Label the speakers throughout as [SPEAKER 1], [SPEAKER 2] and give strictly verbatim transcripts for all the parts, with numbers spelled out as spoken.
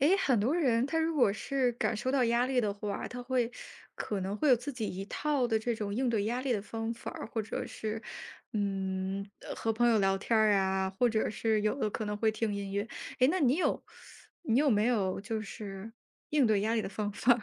[SPEAKER 1] 诶，很多人他如果是感受到压力的话，他会可能会有自己一套的这种应对压力的方法儿或者是，嗯，呃和朋友聊天儿啊，或者是有的可能会听音乐。诶，那你有你有没有就是应对压力的方法儿？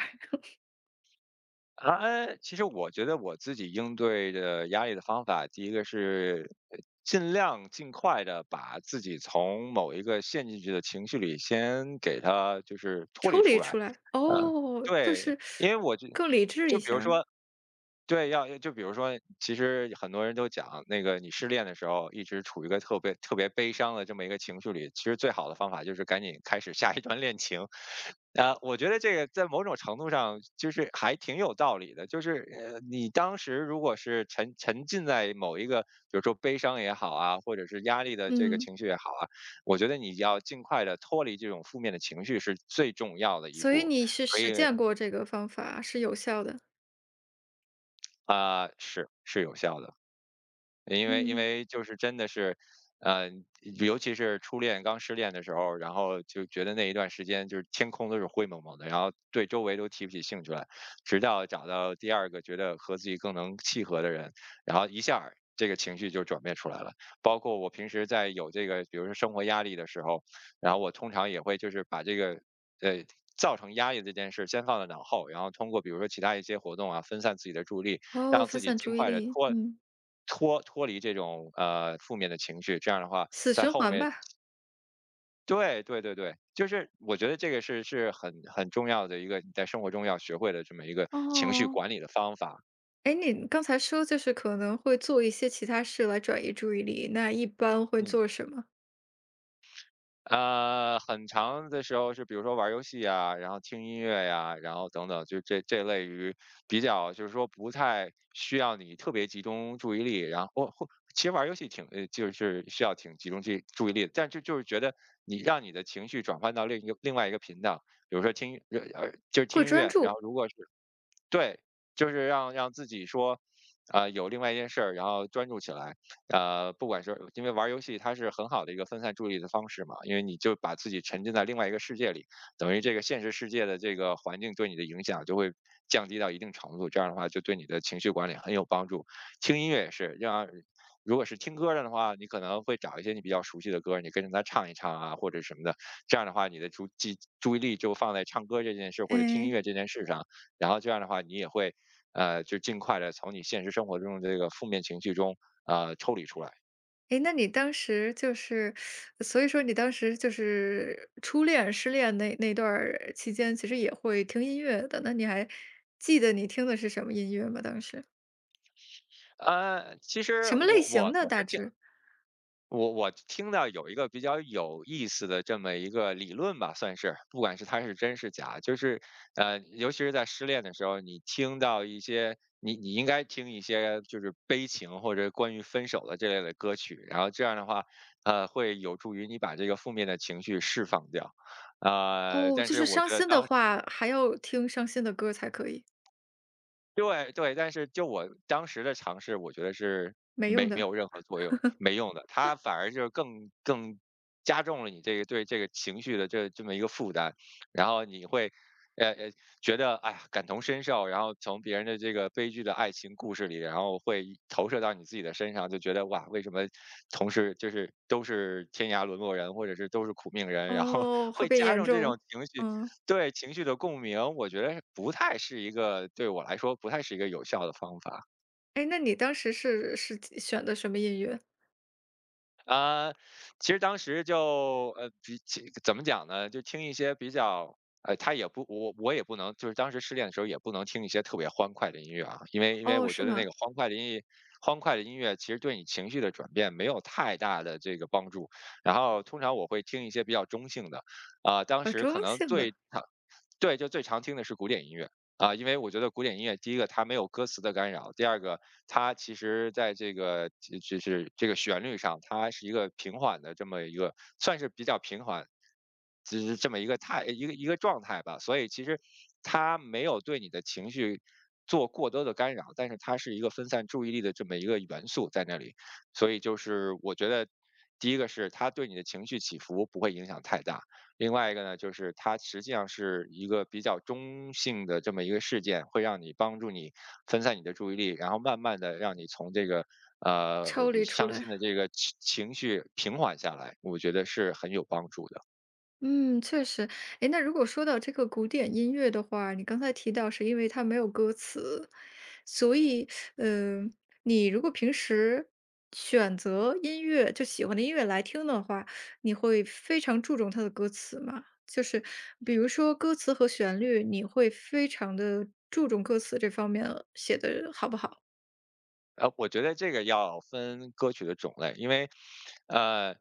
[SPEAKER 2] 啊，呃其实我觉得我自己应对的压力的方法，第一个是呃尽量尽快的把自己从某一个陷进去的情绪里先给它就是 脱离
[SPEAKER 1] 抽
[SPEAKER 2] 出
[SPEAKER 1] 离
[SPEAKER 2] 来。
[SPEAKER 1] 出来？
[SPEAKER 2] 啊。
[SPEAKER 1] 哦，就
[SPEAKER 2] 对，
[SPEAKER 1] 是
[SPEAKER 2] 因为我就
[SPEAKER 1] 更理智
[SPEAKER 2] 就
[SPEAKER 1] 一
[SPEAKER 2] 比
[SPEAKER 1] 下
[SPEAKER 2] 如
[SPEAKER 1] 儿。
[SPEAKER 2] 说对，要就比如说，其实很多人都讲，那个你失恋的时候一直处于一个特别特别悲伤的这么一个情绪里，其实最好的方法就是赶紧开始下一段恋情。呃，我觉得这个在某种程度上就是还挺有道理的，就是呃，你当时如果是沉沉浸在某一个，比如说悲伤也好啊，或者是压力的这个
[SPEAKER 1] 嗯，
[SPEAKER 2] 情绪也好啊，我觉得你要尽快的脱离这种负面的情绪是最重要的一
[SPEAKER 1] 所以
[SPEAKER 2] 步，
[SPEAKER 1] 你是
[SPEAKER 2] 可
[SPEAKER 1] 实
[SPEAKER 2] 以
[SPEAKER 1] 践过这个方法，是有效的？
[SPEAKER 2] 啊、呃是是有效的。因为因
[SPEAKER 1] 嗯。
[SPEAKER 2] 为就是真的是，呃，尤其是初恋刚失恋的时候，然后就觉得那一段时间就是天空都是灰蒙蒙的，然后对周围都提不起兴趣来，直到找到第二个觉得和自己更能契合的人，然后一下儿这个情绪就转变出来了。包括我平时在有这个，比如说生活压力的时候，然后我通常也会就是把这个，呃。造成压力这件事，先放在脑后，然后通过比如说其他一些活动啊，分散自己的注意力，
[SPEAKER 1] 哦，
[SPEAKER 2] 让
[SPEAKER 1] 分
[SPEAKER 2] 自己
[SPEAKER 1] 散
[SPEAKER 2] 尽
[SPEAKER 1] 注意
[SPEAKER 2] 快的
[SPEAKER 1] 力。
[SPEAKER 2] 脱
[SPEAKER 1] 嗯。
[SPEAKER 2] 脱脱离这种，呃，负面的情绪，这样的话
[SPEAKER 1] 死
[SPEAKER 2] 在
[SPEAKER 1] 循
[SPEAKER 2] 后
[SPEAKER 1] 环
[SPEAKER 2] 面
[SPEAKER 1] 吧。
[SPEAKER 2] 对对对对，就是我觉得这个是是很很重要的一个你在生活中要学会的这么一个情绪
[SPEAKER 1] 哦，
[SPEAKER 2] 管理的方法，
[SPEAKER 1] 哎，你刚才说就是可能会做一些其他事来转移注意力，那一般会
[SPEAKER 2] 嗯。
[SPEAKER 1] 做什么？
[SPEAKER 2] 呃，很长的时候是比如说玩儿游戏呀，然后听音乐呀，然后等等，就这这类于比较就是说不太需要你特别集中注意力，然后或其实玩儿游戏挺呃，就是需要挺集中注意注意力的，但就就是觉得你让你的情绪转换到另一个另外一个频道，比如说听呃，呃就是
[SPEAKER 1] 会
[SPEAKER 2] 听音
[SPEAKER 1] 专
[SPEAKER 2] 乐，然
[SPEAKER 1] 注。
[SPEAKER 2] 后如果是对，就是让让自己说，呃，有另外一件事儿，然后专注起来。呃，不管是因为玩儿游戏，它是很好的一个分散注意力的方式嘛，因为你就把自己沉浸在另外一个世界里，等于这个现实世界的这个环境对你的影响就会降低到一定程度，这样的话就对你的情绪管理很有帮助。听音乐也是，让如果是听歌儿的话，你可能会找一些你比较熟悉的歌儿，你跟着它唱一唱啊，或者什么的。这样的话，你的注记注意力就放在唱歌这件事或者听音
[SPEAKER 1] 哎，
[SPEAKER 2] 乐这件事上，然后这样的话，你也会，呃，就尽快的从你现实生活中的这个负面情绪中，呃，抽离出来。
[SPEAKER 1] 哎，那你当时就是，所以说你当时就是初恋、失恋那那段儿期间，其实也会听音乐的。那你还记得你听的是什么音乐吗？当时
[SPEAKER 2] 呃，其实
[SPEAKER 1] 什么类
[SPEAKER 2] 我
[SPEAKER 1] 型
[SPEAKER 2] 我
[SPEAKER 1] 的？
[SPEAKER 2] 我是
[SPEAKER 1] 大
[SPEAKER 2] 听
[SPEAKER 1] 致？
[SPEAKER 2] 我我听到有一个比较有意思的这么一个理论吧，算是，不管是它是真是假，就是呃，尤其是在失恋的时候，你听到一些你你应该听一些就是悲情或者关于分手的这类的歌曲，然后这样的话，呃，会有助于你把这个负面的情绪释放掉。呃，
[SPEAKER 1] 哦，
[SPEAKER 2] 但
[SPEAKER 1] 就
[SPEAKER 2] 是
[SPEAKER 1] 是
[SPEAKER 2] 我
[SPEAKER 1] 伤
[SPEAKER 2] 觉得
[SPEAKER 1] 心的
[SPEAKER 2] 当
[SPEAKER 1] 话，还要听伤心的歌才可以？
[SPEAKER 2] 对对，但是就我当时的尝试，我觉得是
[SPEAKER 1] 没
[SPEAKER 2] 没
[SPEAKER 1] 用
[SPEAKER 2] 没
[SPEAKER 1] 的。
[SPEAKER 2] 有任何作用，没用的。它反而就是更更加重了你这个对这个情绪的这这么一个负担，然后你会，呃呃，觉得哎呀感同身受，然后从别人的这个悲剧的爱情故事里，然后会投射到你自己的身上，就觉得哇，为什么同事就是都是天涯沦落人，或者是都是苦命人，然后
[SPEAKER 1] 哦，会
[SPEAKER 2] 会
[SPEAKER 1] 变
[SPEAKER 2] 加
[SPEAKER 1] 严
[SPEAKER 2] 重这种
[SPEAKER 1] 重。
[SPEAKER 2] 情绪，
[SPEAKER 1] 嗯。
[SPEAKER 2] 对，情绪的共鸣，我觉得不太是一个对我来说不太是一个有效的方法。
[SPEAKER 1] 哎，那你当时是是选的什么音乐？
[SPEAKER 2] 啊、呃其实当时就呃，比起怎么讲呢？就听一些比较。呃，他也不，我我也不能，就是当时失恋的时候也不能听一些特别欢快的音乐啊，因为因为
[SPEAKER 1] 哦，
[SPEAKER 2] 我觉
[SPEAKER 1] 是
[SPEAKER 2] 得那
[SPEAKER 1] 吗？
[SPEAKER 2] 个欢快的音乐，欢快的音乐其实对你情绪的转变没有太大的这个帮助。然后通常我会听一些比较中性的，啊、当
[SPEAKER 1] 啊，
[SPEAKER 2] 时可
[SPEAKER 1] 中
[SPEAKER 2] 能
[SPEAKER 1] 性的。
[SPEAKER 2] 最常，对，就最常听的是古典音乐。啊，因为我觉得古典音乐，第一个它没有歌词的干扰，第二个它其实在这个就就是这个旋律上，它是一个平缓的这么一个，算是比较平缓，就是这么一个态一个一个状态吧。所以其实它没有对你的情绪做过多的干扰，但是它是一个分散注意力的这么一个元素在那里。所以就是我觉得，第一个是它对你的情绪起伏不会影响太大，另外一个呢，就是它实际上是一个比较中性的这么一个事件，会让你帮助你分散你的注意力，然后慢慢的让你从这个呃
[SPEAKER 1] 抽离出
[SPEAKER 2] 伤心
[SPEAKER 1] 来。
[SPEAKER 2] 的这个情情绪平缓下来，我觉得是很有帮助的。
[SPEAKER 1] 嗯，确实。哎，那如果说到这个古典音乐的话，你刚才提到是因为它没有歌词，所以，嗯、你如果平时选择音乐，就喜欢的音乐来听的话，你会非常注重它的歌词吗？就是比如说歌词和旋律，你会非常的注重歌词这方面写的好不好？
[SPEAKER 2] 呃，我觉得这个要分歌曲的种类，因为，呃，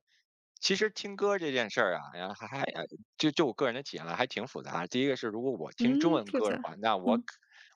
[SPEAKER 2] 其实听歌这件事儿啊，然后还还呃就就我个人的体验了，还挺复杂。第一个是，如果我听中
[SPEAKER 1] 嗯，
[SPEAKER 2] 文
[SPEAKER 1] 复
[SPEAKER 2] 歌的
[SPEAKER 1] 杂。
[SPEAKER 2] 话，那我可
[SPEAKER 1] 嗯。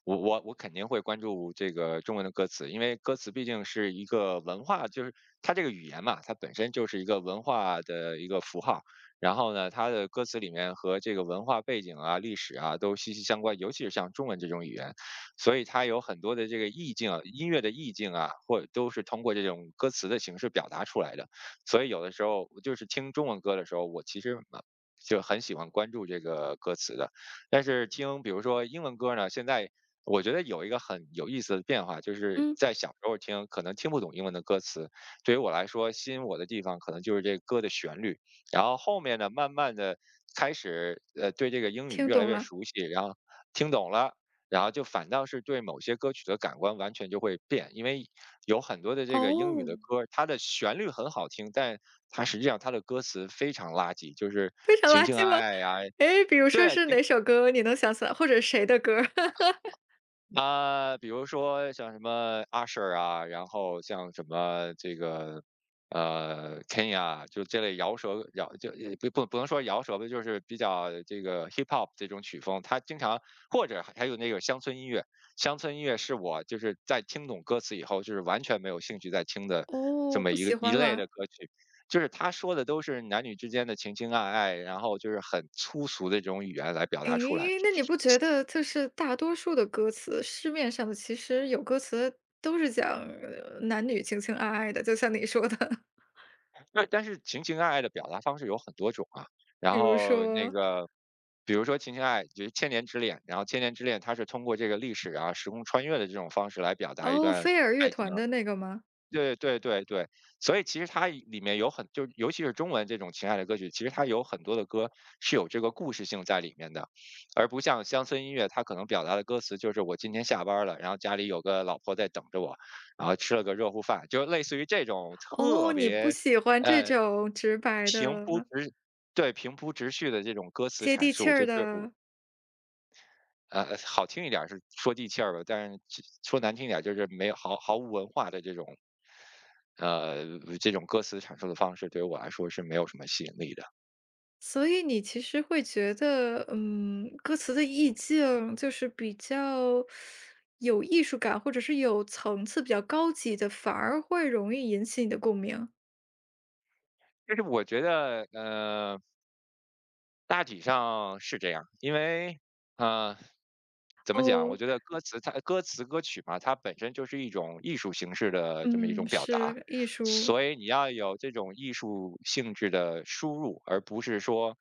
[SPEAKER 2] 我我我肯定会关注这个中文的歌词，因为歌词毕竟是一个文化，就是它这个语言嘛，它本身就是一个文化的一个符号。然后呢，它的歌词里面和这个文化背景啊、历史啊都息息相关，尤其是像中文这种语言。所以它有很多的这个意境啊，音乐的意境啊，或者都是通过这种歌词的形式表达出来的。所以有的时候就是听中文歌的时候，我其实呃就很喜欢关注这个歌词的。但是听比如说英文歌呢，现在我觉得有一个很有意思的变化，就是
[SPEAKER 1] 嗯。
[SPEAKER 2] 在小时候听可能听不懂英文的歌词，对于我来说吸引我的地方可能就是这歌的旋律。然后后面呢，慢慢的开始，呃，对这个英语
[SPEAKER 1] 听
[SPEAKER 2] 越来
[SPEAKER 1] 懂
[SPEAKER 2] 越
[SPEAKER 1] 了。
[SPEAKER 2] 熟悉，然后听懂了，然后就反倒是对某些歌曲的感官完全就会变，因为有很多的这个英语
[SPEAKER 1] 哦，
[SPEAKER 2] 的歌，它的旋律很好听，但它实际上它的歌词非常垃圾，就是
[SPEAKER 1] 非常
[SPEAKER 2] 情
[SPEAKER 1] 垃
[SPEAKER 2] 情爱
[SPEAKER 1] 圾吗？
[SPEAKER 2] 爱呀，
[SPEAKER 1] 诶，比如说
[SPEAKER 2] 对，
[SPEAKER 1] 是哪首歌你能想起来，或者谁的歌儿？
[SPEAKER 2] 啊，比如说像什么 Usher 啊，然后像什么这个呃 Kenya,啊就这类饶舌饶就也不不不能说饶舌吧，就是比较这个 hip hop 这种曲风，他经常或者还有那个乡村音乐，乡村音乐是我就是在听懂歌词以后，就是完全没有兴趣再听的这
[SPEAKER 1] 哦，
[SPEAKER 2] 么
[SPEAKER 1] 不
[SPEAKER 2] 一个
[SPEAKER 1] 喜
[SPEAKER 2] 一
[SPEAKER 1] 欢
[SPEAKER 2] 类
[SPEAKER 1] 了。
[SPEAKER 2] 的歌曲。就是他说的都是男女之间的情情爱爱，然后就是很粗俗的这种语言来表达出来。
[SPEAKER 1] 诶，那你不觉得就是大多数的歌词，市面上的其实有歌词都是讲，呃男女情情爱爱的，就像你说的。
[SPEAKER 2] 对，但是情情爱爱的表达方式有很多种啊。然
[SPEAKER 1] 比如
[SPEAKER 2] 后那
[SPEAKER 1] 说
[SPEAKER 2] 个，比如说情情爱爱就是《千年之恋》，然后《千年之恋》它是通过这个历史啊、时空穿越的这种方式来表达一
[SPEAKER 1] 哦，
[SPEAKER 2] 段
[SPEAKER 1] 飞儿乐
[SPEAKER 2] 爱情。
[SPEAKER 1] 团的那个吗？
[SPEAKER 2] 对对对对，所以其实它里面有很就尤其是中文这种情爱的歌曲，其实它有很多的歌是有这个故事性在里面的，而不像乡村音乐，它可能表达的歌词就是我今天下班儿了，然后家里有个老婆在等着我，然后吃了个热乎饭，就类似于这种特
[SPEAKER 1] 哦，你不
[SPEAKER 2] 别。
[SPEAKER 1] 喜欢这
[SPEAKER 2] 呃，
[SPEAKER 1] 种直白
[SPEAKER 2] 平铺
[SPEAKER 1] 的、
[SPEAKER 2] 直对，平铺直叙的这种歌词
[SPEAKER 1] 接
[SPEAKER 2] 阐
[SPEAKER 1] 地气
[SPEAKER 2] 述，
[SPEAKER 1] 儿
[SPEAKER 2] 就对我。
[SPEAKER 1] 的。
[SPEAKER 2] 呃，好听一点儿是说地气儿吧，但是其说难听一点儿就是没有毫毫无文化的这种呃，这种歌词阐述的方式，对于我来说是没有什么吸引力的。
[SPEAKER 1] 所以你其实会觉得，嗯，歌词的意境就是比较有艺术感，或者是有层次、比较高级的，反而会容易引起你的共鸣。
[SPEAKER 2] 就是我觉得，呃大体上是这样，因为，呃，怎么讲？我
[SPEAKER 1] 哦。
[SPEAKER 2] 觉得歌词它歌词歌曲嘛，它本身就是一种艺术形式的这么一
[SPEAKER 1] 嗯，
[SPEAKER 2] 种表达，
[SPEAKER 1] 是，艺术。
[SPEAKER 2] 所以你要有这种艺术性质的输入，而不是说，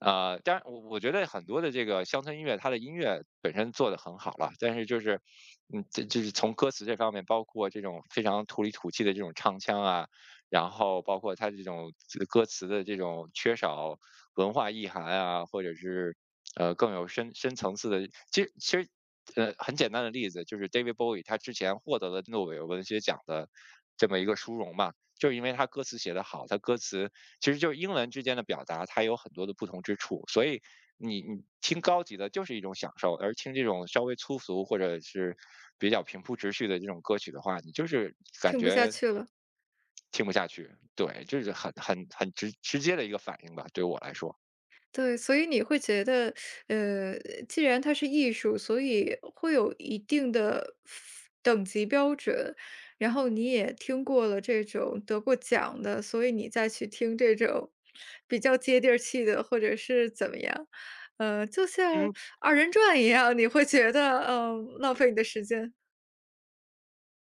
[SPEAKER 2] 呃，当然我我觉得很多的这个乡村音乐，它的音乐本身做得很好了，但是就是，嗯，这就是从歌词这方面，包括这种非常土里土气的这种唱腔啊，然后包括它这种歌词的这种缺少文化意涵啊，或者是呃更有深深层次的，其实其实呃很简单的例子就是 David Bowie,他之前获得了诺贝尔文学奖的这么一个殊荣嘛，就是因为他歌词写得好，他歌词其实就是英文之间的表达，它有很多的不同之处，所以你你听高级的就是一种享受，而听这种稍微粗俗或者是比较平铺直叙的这种歌曲的话，你就是感
[SPEAKER 1] 听不下
[SPEAKER 2] 觉
[SPEAKER 1] 去了。
[SPEAKER 2] 听不下去，对，这是很很很直直接的一个反应吧，对我来说。
[SPEAKER 1] 对，所以你会觉得，呃，既然它是艺术，所以会有一定的等级标准，然后你也听过了这种得过奖的，所以你再去听这种比较接地儿气的，或者是怎么样，呃，就像
[SPEAKER 2] 嗯，
[SPEAKER 1] 二人转一样，你会觉得，嗯、浪费你的时间？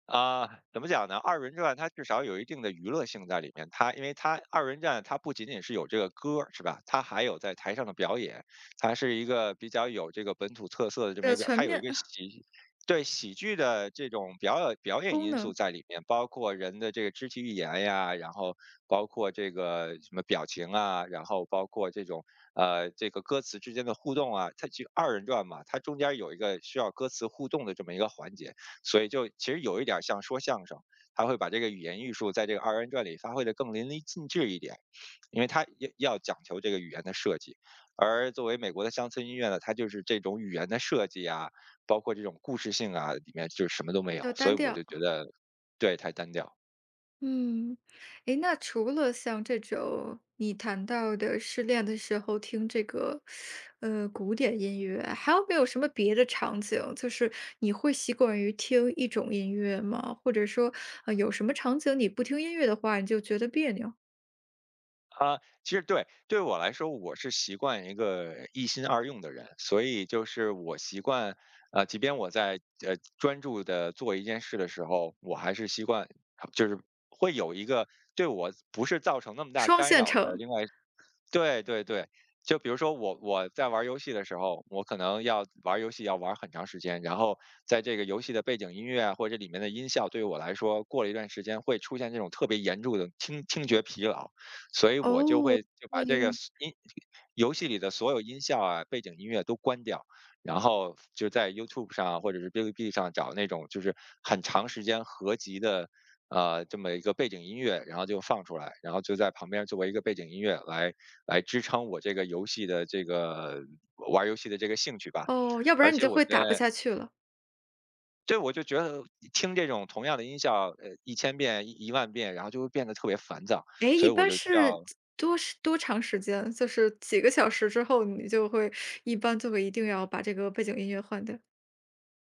[SPEAKER 2] 啊、怎么讲呢？二人转它至少有一定的娱乐性在里面。它因为它二人转，它不仅仅是有这个歌儿是吧？它还有在台上的表演，它是一个比较有这个本土特色的这
[SPEAKER 1] 比
[SPEAKER 2] 么一
[SPEAKER 1] 较
[SPEAKER 2] 个表，
[SPEAKER 1] 全
[SPEAKER 2] 它有一
[SPEAKER 1] 面。
[SPEAKER 2] 个喜对喜剧的这种表演表演
[SPEAKER 1] 功
[SPEAKER 2] 因素
[SPEAKER 1] 能
[SPEAKER 2] 在里面，包括人的这个肢体语言呀，然后包括这个什么表情啊，然后包括这种呃这个歌词之间的互动啊，它就二人转嘛，它中间有一个需要歌词互动的这么一个环节。所以就其实有一点儿像说相声，他会把这个语言艺术在这个二人转里发挥的更淋漓尽致一点，因为他要要讲求这个语言的设计。而作为美国的乡村音乐呢，它就是这种语言的设计啊，包括这种故事性啊，里面就是什么都没
[SPEAKER 1] 比
[SPEAKER 2] 有，
[SPEAKER 1] 较
[SPEAKER 2] 所以
[SPEAKER 1] 单
[SPEAKER 2] 我就
[SPEAKER 1] 调。
[SPEAKER 2] 觉得对，太单调。
[SPEAKER 1] 嗯，诶，那除了像这种你谈到的失恋的时候听这个，呃，古典音乐，还有没有什么别的场景，就是你会习惯于听一种音乐吗？或者说，呃，有什么场景你不听音乐的话，你就觉得别扭？
[SPEAKER 2] 啊，其实对，对我来说，我是习惯一个一心二用的人，所以就是我习惯，呃，即便我在呃专注的做一件事的时候，我还是习惯，就是会有一个对我不是造成那么大
[SPEAKER 1] 双
[SPEAKER 2] 干
[SPEAKER 1] 线
[SPEAKER 2] 扰的
[SPEAKER 1] 程。
[SPEAKER 2] 另外对对对，就比如说我我在玩儿游戏的时候，我可能要玩儿游戏要玩儿很长时间，然后在这个游戏的背景音乐啊，或者里面的音效，对于我来说，过了一段时间会出现这种特别严重的听听觉疲劳，所以我就
[SPEAKER 1] 哦，
[SPEAKER 2] 会就把这个
[SPEAKER 1] 对。
[SPEAKER 2] s- 音游戏里的所有音效啊、背景音乐都关掉，然后就在 YouTube 上啊或者是哔哩哔哩上找那种就是很长时间合集的。呃，这么一个背景音乐，然后就放出来，然后就在旁边作为一个背景音乐来来支撑我这个游戏的这个玩儿游戏的这个兴趣吧。
[SPEAKER 1] 哦，要不
[SPEAKER 2] 而
[SPEAKER 1] 然你
[SPEAKER 2] 且
[SPEAKER 1] 就
[SPEAKER 2] 我觉
[SPEAKER 1] 会打不
[SPEAKER 2] 得
[SPEAKER 1] 下去了。
[SPEAKER 2] 对，我就觉得听这种同样的音效，呃一千遍、一一万遍，然后就会变得特别烦躁，
[SPEAKER 1] 诶，
[SPEAKER 2] 所
[SPEAKER 1] 一
[SPEAKER 2] 以我
[SPEAKER 1] 般
[SPEAKER 2] 就需要
[SPEAKER 1] 是多时多长时间？就是几个小时之后，你就会一般就会一定要把这个背景音乐换掉？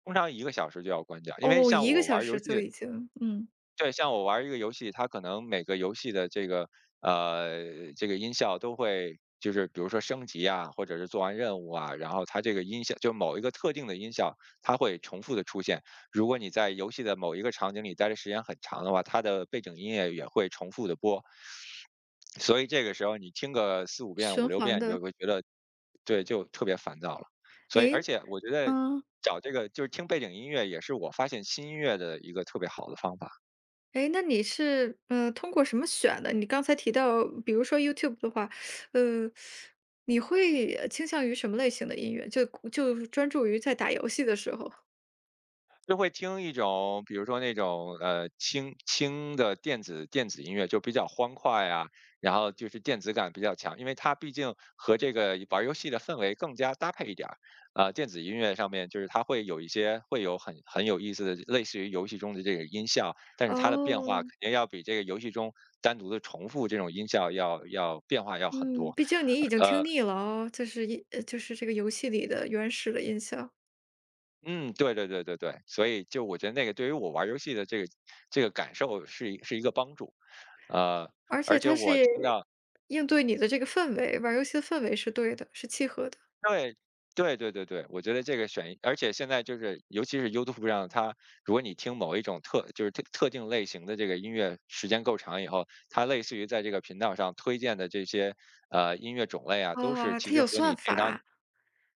[SPEAKER 2] 通常一个小时就要关掉。因为
[SPEAKER 1] 哦
[SPEAKER 2] 像
[SPEAKER 1] 一个
[SPEAKER 2] 我
[SPEAKER 1] 小
[SPEAKER 2] 玩儿游
[SPEAKER 1] 时就
[SPEAKER 2] 戏
[SPEAKER 1] 已经嗯，
[SPEAKER 2] 对，像我玩儿一个游戏，它可能每个游戏的这个呃这个音效都会，就是比如说升级啊，或者是做完任务啊，然后它这个音效就某一个特定的音效，它会重复的出现。如果你在游戏的某一个场景里待的时间很长的话，它的背景音乐也会重复的播，所以这个时候你听个四五遍、五
[SPEAKER 1] 循
[SPEAKER 2] 六
[SPEAKER 1] 环
[SPEAKER 2] 遍，你就
[SPEAKER 1] 的。
[SPEAKER 2] 会觉得对，就特别烦躁了。所以，而
[SPEAKER 1] 诶。
[SPEAKER 2] 且我觉得
[SPEAKER 1] 嗯。
[SPEAKER 2] 找这个就是听背景音乐，也是我发现新音乐的一个特别好的方法。
[SPEAKER 1] 诶，那你是，呃，通过什么选的？你刚才提到比如说 YouTube 的话，呃，你会，呃倾向于什么类型的音乐？就就专注于在打游戏的时候？
[SPEAKER 2] 就会听一种，比如说那种呃轻轻的电子电子音乐，就比较欢快啊，然后就是电子感比较强，因为它毕竟和这个玩儿游戏的氛围更加搭配一点儿。呃，电子音乐上面就是它会有一些会有很很有意思的，类似于游戏中的这个音效，但是它的变化肯
[SPEAKER 1] 哦，
[SPEAKER 2] 定要比这个游戏中单独的重复这种音效要要变化要很
[SPEAKER 1] 嗯，
[SPEAKER 2] 多。
[SPEAKER 1] 毕竟你已经听腻了哦，就是一呃，就是这个游戏里的原始的音效，
[SPEAKER 2] 嗯，对对对对对，所以就我觉得那个对于我玩儿游戏的这个这个感受是一是一个帮助。呃，
[SPEAKER 1] 而
[SPEAKER 2] 而
[SPEAKER 1] 且
[SPEAKER 2] 且
[SPEAKER 1] 它
[SPEAKER 2] 我
[SPEAKER 1] 是
[SPEAKER 2] 听到
[SPEAKER 1] 应对你的这个氛围，玩儿游戏的氛围是对的，是契合的。
[SPEAKER 2] 对，对对对对，我觉得这个选一而且现在就是尤其是 YouTube 上，它如果你听某一种特就是特特定类型的这个音乐时间够长以后，它类似于在这个频道上推荐的这些，呃，音乐种类啊，都是
[SPEAKER 1] 啊，
[SPEAKER 2] 其
[SPEAKER 1] 它
[SPEAKER 2] 实
[SPEAKER 1] 有
[SPEAKER 2] 和
[SPEAKER 1] 算
[SPEAKER 2] 你平常
[SPEAKER 1] 法。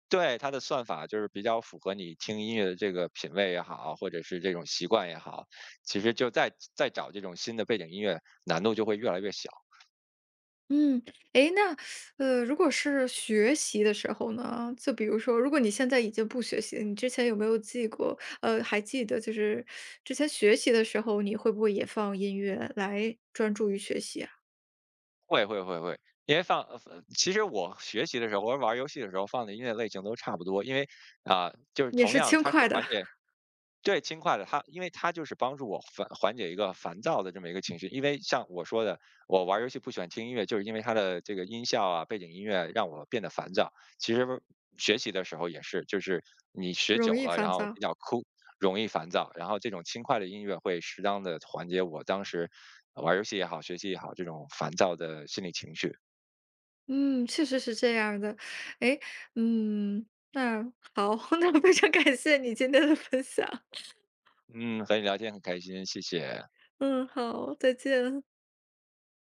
[SPEAKER 2] 对，它的算法就是比较符合你听音乐的这个品味也好，或者是这种习惯也好，其实就再再找这种新的背景音乐，难度就会越来越小。
[SPEAKER 1] 嗯，诶，那，呃，如果是学习的时候呢，就比如说，如果你现在已经不学习了，你之前有没有记过，呃，还记得就是之前学习的时候，你会不会也放音乐来专注于学习啊？
[SPEAKER 2] 会会会会，因为放呃其实我学习的时候，或者玩儿游戏的时候放的音乐类型都差不多，因为啊、就是
[SPEAKER 1] 也
[SPEAKER 2] 同
[SPEAKER 1] 是
[SPEAKER 2] 样的，
[SPEAKER 1] 轻
[SPEAKER 2] 它是
[SPEAKER 1] 快的，
[SPEAKER 2] 缓 解对，轻快的，它因为它就是帮助我缓缓解一个烦躁的这么一个情绪。因为像我说的，我玩儿游戏不喜欢听音乐，就是因为它的这个音效啊、背景音乐让我变得烦躁。其实学习的时候也是，就是你学久
[SPEAKER 1] 容易
[SPEAKER 2] 了，然
[SPEAKER 1] 烦
[SPEAKER 2] 后
[SPEAKER 1] 躁。
[SPEAKER 2] 比较枯，容易烦躁，然后这种轻快的音乐会适当的缓解我当时呃玩儿游戏也好、学习也好这种烦躁的心理情绪。
[SPEAKER 1] 嗯，确实是这样的。诶，嗯，那好，那非常感谢你今天的分享。
[SPEAKER 2] 嗯，和你聊天很开心，谢谢。
[SPEAKER 1] 嗯，好，再见。